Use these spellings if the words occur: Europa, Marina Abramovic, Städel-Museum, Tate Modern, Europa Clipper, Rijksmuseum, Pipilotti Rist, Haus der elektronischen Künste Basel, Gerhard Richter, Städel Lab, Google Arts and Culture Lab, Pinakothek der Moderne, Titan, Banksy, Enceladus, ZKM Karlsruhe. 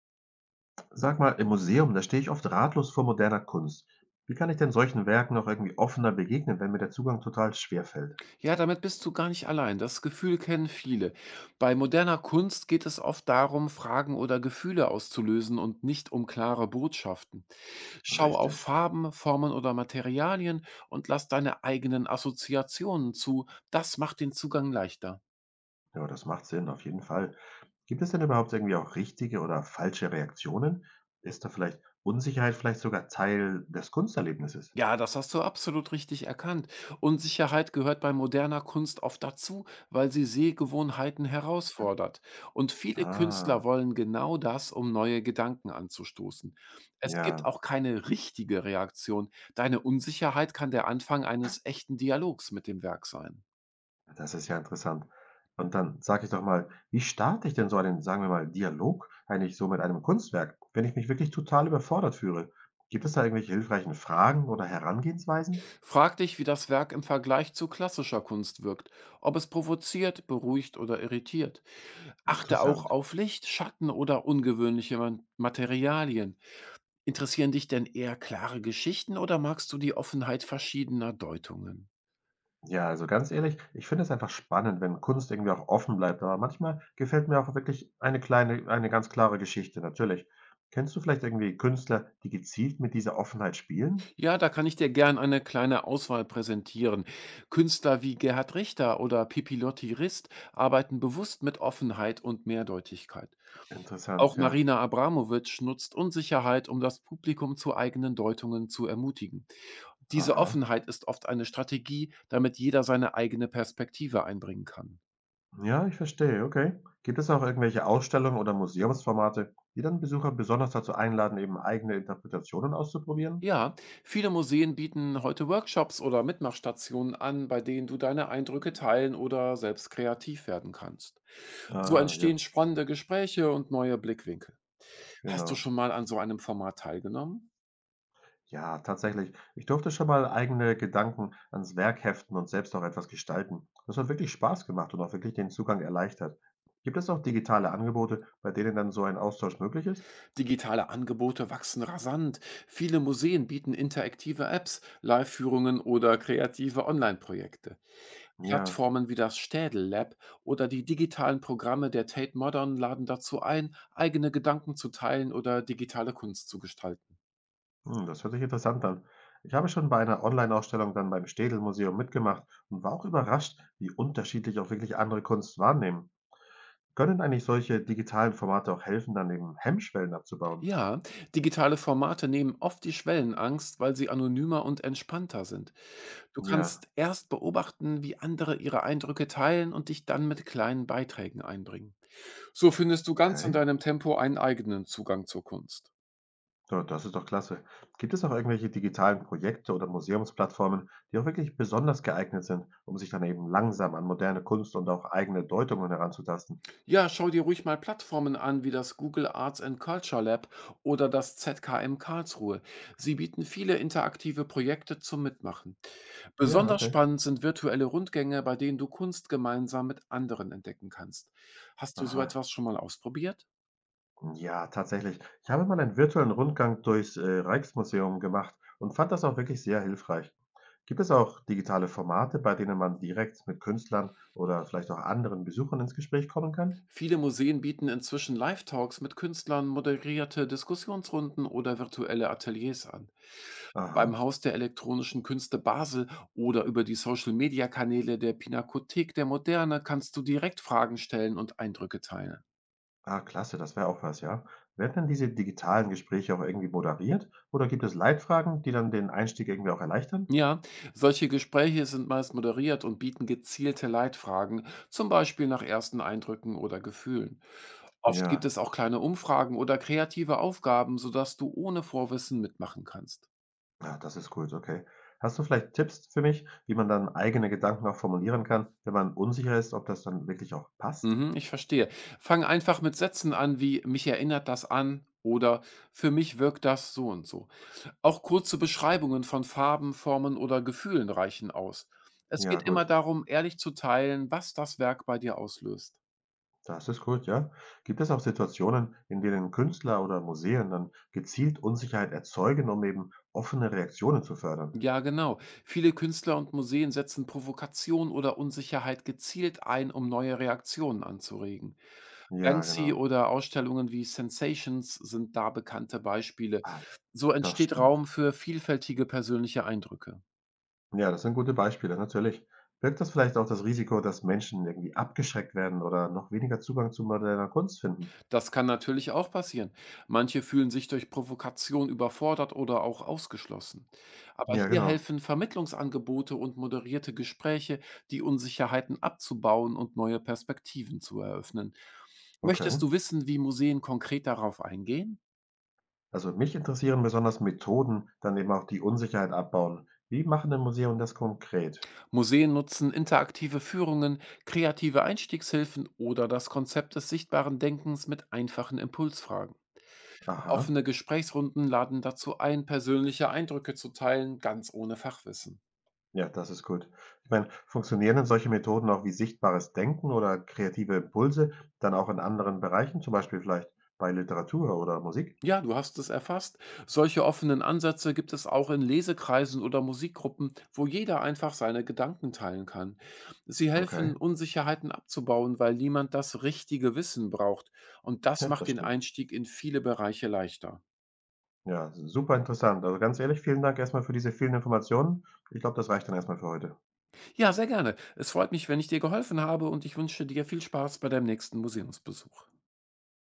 Sag mal, im Museum, da stehe ich oft ratlos vor moderner Kunst. Wie kann ich denn solchen Werken noch irgendwie offener begegnen, wenn mir der Zugang total schwer fällt? Ja, damit bist du gar nicht allein. Das Gefühl kennen viele. Bei moderner Kunst geht es oft darum, Fragen oder Gefühle auszulösen und nicht um klare Botschaften. Schau auf Richtig. Farben, Formen oder Materialien und lass deine eigenen Assoziationen zu. Das macht den Zugang leichter. Ja, das macht Sinn, auf jeden Fall. Gibt es denn überhaupt irgendwie auch richtige oder falsche Reaktionen? Ist da vielleicht Unsicherheit vielleicht sogar Teil des Kunsterlebnisses? Ja, das hast du absolut richtig erkannt. Unsicherheit gehört bei moderner Kunst oft dazu, weil sie Sehgewohnheiten herausfordert. Und viele Künstler Ah, wollen genau das, um neue Gedanken anzustoßen. Es gibt ja. auch keine richtige Reaktion. Deine Unsicherheit kann der Anfang eines echten Dialogs mit dem Werk sein. Ja, das ist ja interessant. Und dann sag ich doch mal, wie starte ich denn so einen, sagen wir mal, Dialog eigentlich so mit einem Kunstwerk, wenn ich mich wirklich total überfordert fühle? Gibt es da irgendwelche hilfreichen Fragen oder Herangehensweisen? Frag dich, wie das Werk im Vergleich zu klassischer Kunst wirkt, ob es provoziert, beruhigt oder irritiert. Achte auch Interessant. auf Licht, Schatten oder ungewöhnliche Materialien. Interessieren dich denn eher klare Geschichten oder magst du die Offenheit verschiedener Deutungen? Ja, also ganz ehrlich, ich finde es einfach spannend, wenn Kunst irgendwie auch offen bleibt. Aber manchmal gefällt mir auch wirklich eine kleine, eine ganz klare Geschichte, natürlich. Kennst du vielleicht irgendwie Künstler, die gezielt mit dieser Offenheit spielen? Ja, da kann ich dir gern eine kleine Auswahl präsentieren. Künstler wie Gerhard Richter oder Pipilotti Rist arbeiten bewusst mit Offenheit und Mehrdeutigkeit. Auch Interessant, ja. Marina Abramovic nutzt Unsicherheit, um das Publikum zu eigenen Deutungen zu ermutigen. Diese Aha. Offenheit ist oft eine Strategie, damit jeder seine eigene Perspektive einbringen kann. Ja, ich verstehe, okay. Gibt es auch irgendwelche Ausstellungen oder Museumsformate, die dann Besucher besonders dazu einladen, eben eigene Interpretationen auszuprobieren? Ja, viele Museen bieten heute Workshops oder Mitmachstationen an, bei denen du deine Eindrücke teilen oder selbst kreativ werden kannst. So Ah, entstehen ja, spannende Gespräche und neue Blickwinkel. Hast du genau. schon mal an so einem Format teilgenommen? Ja, tatsächlich. Ich durfte schon mal eigene Gedanken ans Werk heften und selbst auch etwas gestalten. Das hat wirklich Spaß gemacht und auch wirklich den Zugang erleichtert. Gibt es auch digitale Angebote, bei denen dann so ein Austausch möglich ist? Digitale Angebote wachsen rasant. Viele Museen bieten interaktive Apps, Live-Führungen oder kreative Online-Projekte. Ja. Plattformen wie das Städel Lab oder die digitalen Programme der Tate Modern laden dazu ein, eigene Gedanken zu teilen oder digitale Kunst zu gestalten. Hm, das hört sich interessant an. Ich habe schon bei einer Online-Ausstellung dann beim Städel-Museum mitgemacht und war auch überrascht, wie unterschiedlich auch wirklich andere Kunst wahrnehmen. Können eigentlich solche digitalen Formate auch helfen, dann eben Hemmschwellen abzubauen? Ja, digitale Formate nehmen oft die Schwellenangst, weil sie anonymer und entspannter sind. Du Ja, kannst erst beobachten, wie andere ihre Eindrücke teilen und dich dann mit kleinen Beiträgen einbringen. So findest du ganz okay. in deinem Tempo einen eigenen Zugang zur Kunst. Ja, das ist doch klasse. Gibt es auch irgendwelche digitalen Projekte oder Museumsplattformen, die auch wirklich besonders geeignet sind, um sich dann eben langsam an moderne Kunst und auch eigene Deutungen heranzutasten? Ja, schau dir ruhig mal Plattformen an wie das Google Arts and Culture Lab oder das ZKM Karlsruhe. Sie bieten viele interaktive Projekte zum Mitmachen. Ja, Besonders okay. spannend sind virtuelle Rundgänge, bei denen du Kunst gemeinsam mit anderen entdecken kannst. Hast du so Aha. etwas schon mal ausprobiert? Ja, tatsächlich. Ich habe mal einen virtuellen Rundgang durchs Rijksmuseum gemacht und fand das auch wirklich sehr hilfreich. Gibt es auch digitale Formate, bei denen man direkt mit Künstlern oder vielleicht auch anderen Besuchern ins Gespräch kommen kann? Viele Museen bieten inzwischen Live-Talks mit Künstlern, moderierte Diskussionsrunden oder virtuelle Ateliers an. Beim Aha. Haus der elektronischen Künste Basel oder über die Social-Media-Kanäle der Pinakothek der Moderne kannst du direkt Fragen stellen und Eindrücke teilen. Ah, klasse, das wäre auch was, ja. Werden denn diese digitalen Gespräche auch irgendwie moderiert oder gibt es Leitfragen, die dann den Einstieg irgendwie auch erleichtern? Ja, solche Gespräche sind meist moderiert und bieten gezielte Leitfragen, zum Beispiel nach ersten Eindrücken oder Gefühlen. Oft gibt Ja, es auch kleine Umfragen oder kreative Aufgaben, sodass du ohne Vorwissen mitmachen kannst. ja, das ist gut, okay. Hast du vielleicht Tipps für mich, wie man dann eigene Gedanken auch formulieren kann, wenn man unsicher ist, ob das dann wirklich auch passt? Mhm, ich verstehe. Fang einfach mit Sätzen an wie mich erinnert das an oder für mich wirkt das so und so. Auch kurze Beschreibungen von Farben, Formen oder Gefühlen reichen aus. Es Ja, geht immer gut. darum, ehrlich zu teilen, was das Werk bei dir auslöst. Das ist gut, ja. Gibt es auch Situationen, in denen Künstler oder Museen dann gezielt Unsicherheit erzeugen, um eben offene Reaktionen zu fördern? Ja, genau. Viele Künstler und Museen setzen Provokation oder Unsicherheit gezielt ein, um neue Reaktionen anzuregen. Ja, Banksy genau. oder Ausstellungen wie Sensations sind da bekannte Beispiele. Ah, So das entsteht stimmt. Raum für vielfältige persönliche Eindrücke. Ja, das sind gute Beispiele, natürlich. Birgt das vielleicht auch das Risiko, dass Menschen irgendwie abgeschreckt werden oder noch weniger Zugang zu moderner Kunst finden? Das kann natürlich auch passieren. Manche fühlen sich durch Provokation überfordert oder auch ausgeschlossen. Aber Ja, hier genau. helfen Vermittlungsangebote und moderierte Gespräche, die Unsicherheiten abzubauen und neue Perspektiven zu eröffnen. Möchtest Okay. du wissen, wie Museen konkret darauf eingehen? Also mich interessieren besonders Methoden, dann eben auch die Unsicherheit abbauen. Wie machen denn Museen das konkret? Museen nutzen interaktive Führungen, kreative Einstiegshilfen oder das Konzept des sichtbaren Denkens mit einfachen Impulsfragen. Aha. Offene Gesprächsrunden laden dazu ein, persönliche Eindrücke zu teilen, ganz ohne Fachwissen. Ja, das ist gut. Ich meine, funktionieren denn solche Methoden auch wie sichtbares Denken oder kreative Impulse dann auch in anderen Bereichen, zum Beispiel vielleicht bei Literatur oder Musik? Ja, du hast es erfasst. Solche offenen Ansätze gibt es auch in Lesekreisen oder Musikgruppen, wo jeder einfach seine Gedanken teilen kann. Sie Okay, helfen, Unsicherheiten abzubauen, weil niemand das richtige Wissen braucht. Und das ja, macht das den stimmt. Einstieg in viele Bereiche leichter. Ja, super interessant. Also ganz ehrlich, vielen Dank erstmal für diese vielen Informationen. Ich glaube, das reicht dann erstmal für heute. Ja, sehr gerne. Es freut mich, wenn ich dir geholfen habe und ich wünsche dir viel Spaß bei deinem nächsten Museumsbesuch.